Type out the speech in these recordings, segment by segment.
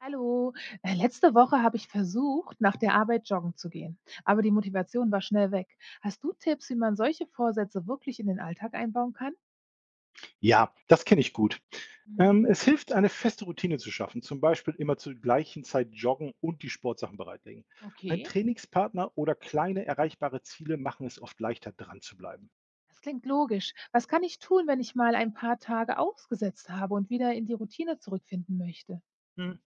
Hallo, letzte Woche habe ich versucht, nach der Arbeit joggen zu gehen, aber die Motivation war schnell weg. Hast du Tipps, wie man solche Vorsätze wirklich in den Alltag einbauen kann? Ja, das kenne ich gut. Mhm. Es hilft, eine feste Routine zu schaffen, zum Beispiel immer zur gleichen Zeit joggen und die Sportsachen bereitlegen. Ein Okay. Trainingspartner oder kleine erreichbare Ziele machen es oft leichter, dran zu bleiben. Das klingt logisch. Was kann ich tun, wenn ich mal ein paar Tage ausgesetzt habe und wieder in die Routine zurückfinden möchte? Hm.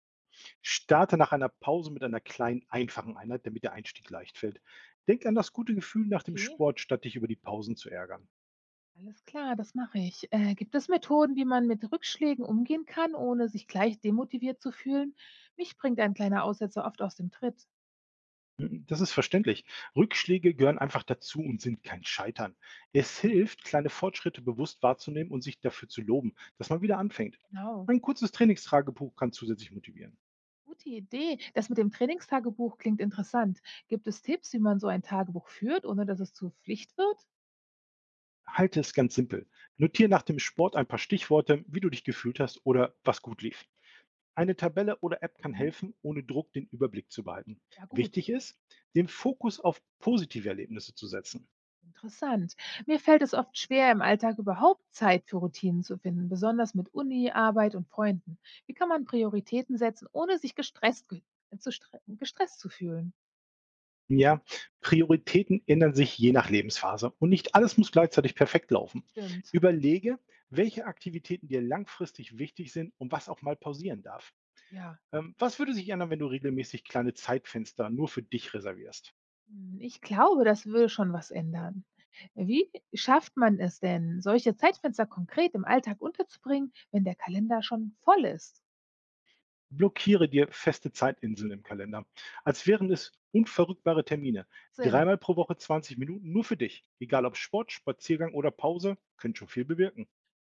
Starte nach einer Pause mit einer kleinen, einfachen Einheit, damit der Einstieg leicht fällt. Denk an das gute Gefühl nach dem Okay. Sport, statt dich über die Pausen zu ärgern. Alles klar, das mache ich. Gibt es Methoden, wie man mit Rückschlägen umgehen kann, ohne sich gleich demotiviert zu fühlen? Mich bringt ein kleiner Aussetzer oft aus dem Tritt. Mhm, das ist verständlich. Rückschläge gehören einfach dazu und sind kein Scheitern. Es Okay. hilft, kleine Fortschritte bewusst wahrzunehmen und sich dafür zu loben, dass man wieder anfängt. Genau. Ein kurzes Trainingstagebuch kann zusätzlich motivieren. Gute Idee. Das mit dem Trainingstagebuch klingt interessant. Gibt es Tipps, wie man so ein Tagebuch führt, ohne dass es zur Pflicht wird? Halte es ganz simpel. Notiere nach dem Sport ein paar Stichworte, wie du dich gefühlt hast oder was gut lief. Eine Tabelle oder App kann Mhm. helfen, ohne Druck den Überblick zu behalten. Ja gut, Wichtig ist, den Fokus auf positive Erlebnisse zu setzen. interessant. Mir fällt es oft schwer, im Alltag überhaupt Zeit für Routinen zu finden, besonders mit Uni, Arbeit und Freunden. Wie kann man Prioritäten setzen, ohne sich gestresst, gestresst zu fühlen? Ja, Prioritäten ändern sich je nach Lebensphase und nicht alles muss gleichzeitig perfekt laufen. Stimmt, Überlege, welche Aktivitäten dir langfristig wichtig sind und was auch mal pausieren darf. ja. Was würde sich ändern, wenn du regelmäßig kleine Zeitfenster nur für dich reservierst? Hm, ich glaube, das würde schon was ändern. Wie schafft man es denn, solche Zeitfenster konkret im Alltag unterzubringen, wenn der Kalender schon voll ist? Blockiere dir feste Zeitinseln im Kalender, als wären es unverrückbare Termine. Sinn. Dreimal pro Woche 20 Minuten nur für dich. Egal ob Sport, Spaziergang oder Pause, können schon viel bewirken.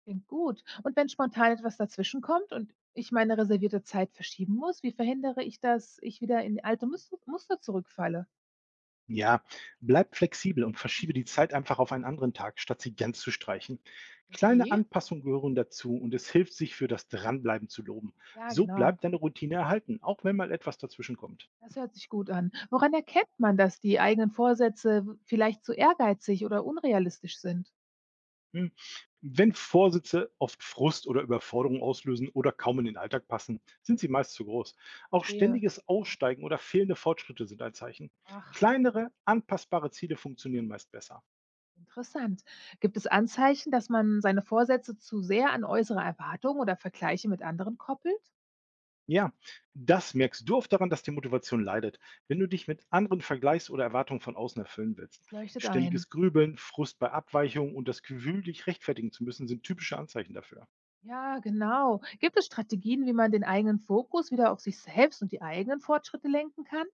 Klingt gut. Und wenn spontan etwas dazwischen kommt und ich meine reservierte Zeit verschieben muss, wie verhindere ich, dass ich wieder in alte Muster zurückfalle? Ja, bleib flexibel und verschiebe die Zeit einfach auf einen anderen Tag, statt sie ganz zu streichen. Kleine Okay. Anpassungen gehören dazu und es hilft, sich für das Dranbleiben zu loben. Ja, So genau. bleibt deine Routine erhalten, auch wenn mal etwas dazwischen kommt. Das hört sich gut an. Woran erkennt man, dass die eigenen Vorsätze vielleicht zu ehrgeizig oder unrealistisch sind? Hm. Wenn Vorsätze oft Frust oder Überforderung auslösen oder kaum in den Alltag passen, sind sie meist zu groß. Auch Verstehe. ständiges Aussteigen oder fehlende Fortschritte sind ein Zeichen. Ach, Kleinere, anpassbare Ziele funktionieren meist besser. interessant. Gibt es Anzeichen, dass man seine Vorsätze zu sehr an äußere Erwartungen oder Vergleiche mit anderen koppelt? Ja, das merkst du oft daran, dass die Motivation leidet, wenn du dich mit anderen vergleichst oder Erwartungen von außen erfüllen willst. Es leuchtet ein. Ständiges Grübeln, Frust bei Abweichungen und das Gefühl, dich rechtfertigen zu müssen, sind typische Anzeichen dafür. Ja, genau. Gibt es Strategien, wie man den eigenen Fokus wieder auf sich selbst und die eigenen Fortschritte lenken kann?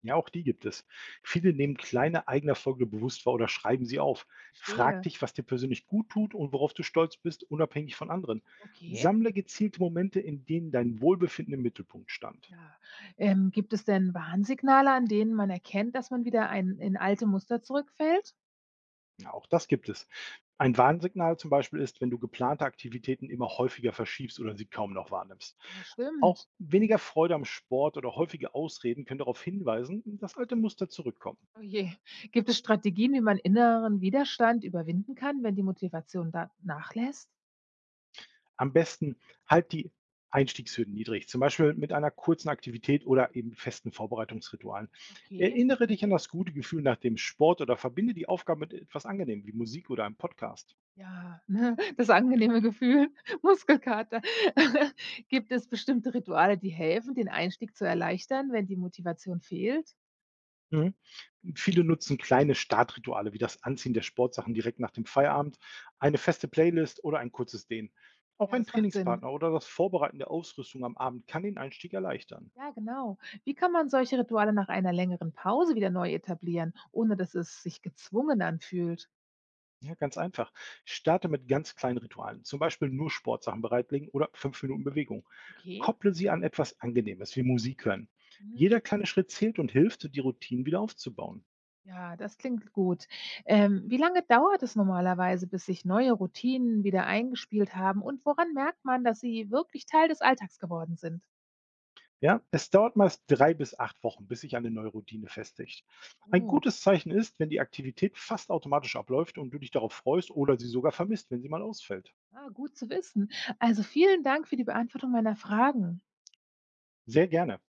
Ja, auch die gibt es. Viele nehmen kleine eigene Erfolge bewusst wahr oder schreiben sie auf. Frag Verstehe. dich, was dir persönlich gut tut und worauf du stolz bist, unabhängig von anderen. Okay. Sammle gezielte Momente, in denen dein Wohlbefinden im Mittelpunkt stand. Ja. Gibt es denn Warnsignale, an denen man erkennt, dass man wieder in alte Muster zurückfällt? Ja, auch das gibt es. Ein Warnsignal zum Beispiel ist, wenn du geplante Aktivitäten immer häufiger verschiebst oder sie kaum noch wahrnimmst. Ja, Auch stimmt. weniger Freude am Sport oder häufige Ausreden können darauf hinweisen, dass alte Muster zurückkommen. Oh je. Gibt es Strategien, wie man inneren Widerstand überwinden kann, wenn die Motivation da nachlässt? Am besten halt die Einstiegshürden niedrig, zum Beispiel mit einer kurzen Aktivität oder eben festen Vorbereitungsritualen. Okay. Erinnere dich an das gute Gefühl nach dem Sport oder verbinde die Aufgabe mit etwas Angenehmem wie Musik oder einem Podcast. Ja, ne, das angenehme Gefühl, Muskelkater. Gibt es bestimmte Rituale, die helfen, den Einstieg zu erleichtern, wenn die Motivation fehlt? Mhm. Viele nutzen kleine Startrituale wie das Anziehen der Sportsachen direkt nach dem Feierabend, eine feste Playlist oder ein kurzes Dehnen. Auch Ja, ein das macht Sinn. Trainingspartner oder das Vorbereiten der Ausrüstung am Abend kann den Einstieg erleichtern. Ja, genau. Wie kann man solche Rituale nach einer längeren Pause wieder neu etablieren, ohne dass es sich gezwungen anfühlt? Ja, ganz einfach. Starte mit ganz kleinen Ritualen, zum Beispiel nur Sportsachen bereitlegen oder 5 Minuten Bewegung. Okay. Kopple sie an etwas Angenehmes wie Musik hören. Mhm. Jeder kleine Schritt zählt und hilft, die Routinen wieder aufzubauen. Ja, das klingt gut. Wie lange dauert es normalerweise, bis sich neue Routinen wieder eingespielt haben und woran merkt man, dass sie wirklich Teil des Alltags geworden sind? Ja, es dauert meist 3 bis 8 Wochen, bis sich eine neue Routine festigt. Ein Oh. gutes Zeichen ist, wenn die Aktivität fast automatisch abläuft und du dich darauf freust oder sie sogar vermisst, wenn sie mal ausfällt. Ah, gut zu wissen. Also vielen Dank für die Beantwortung meiner Fragen. Sehr gerne.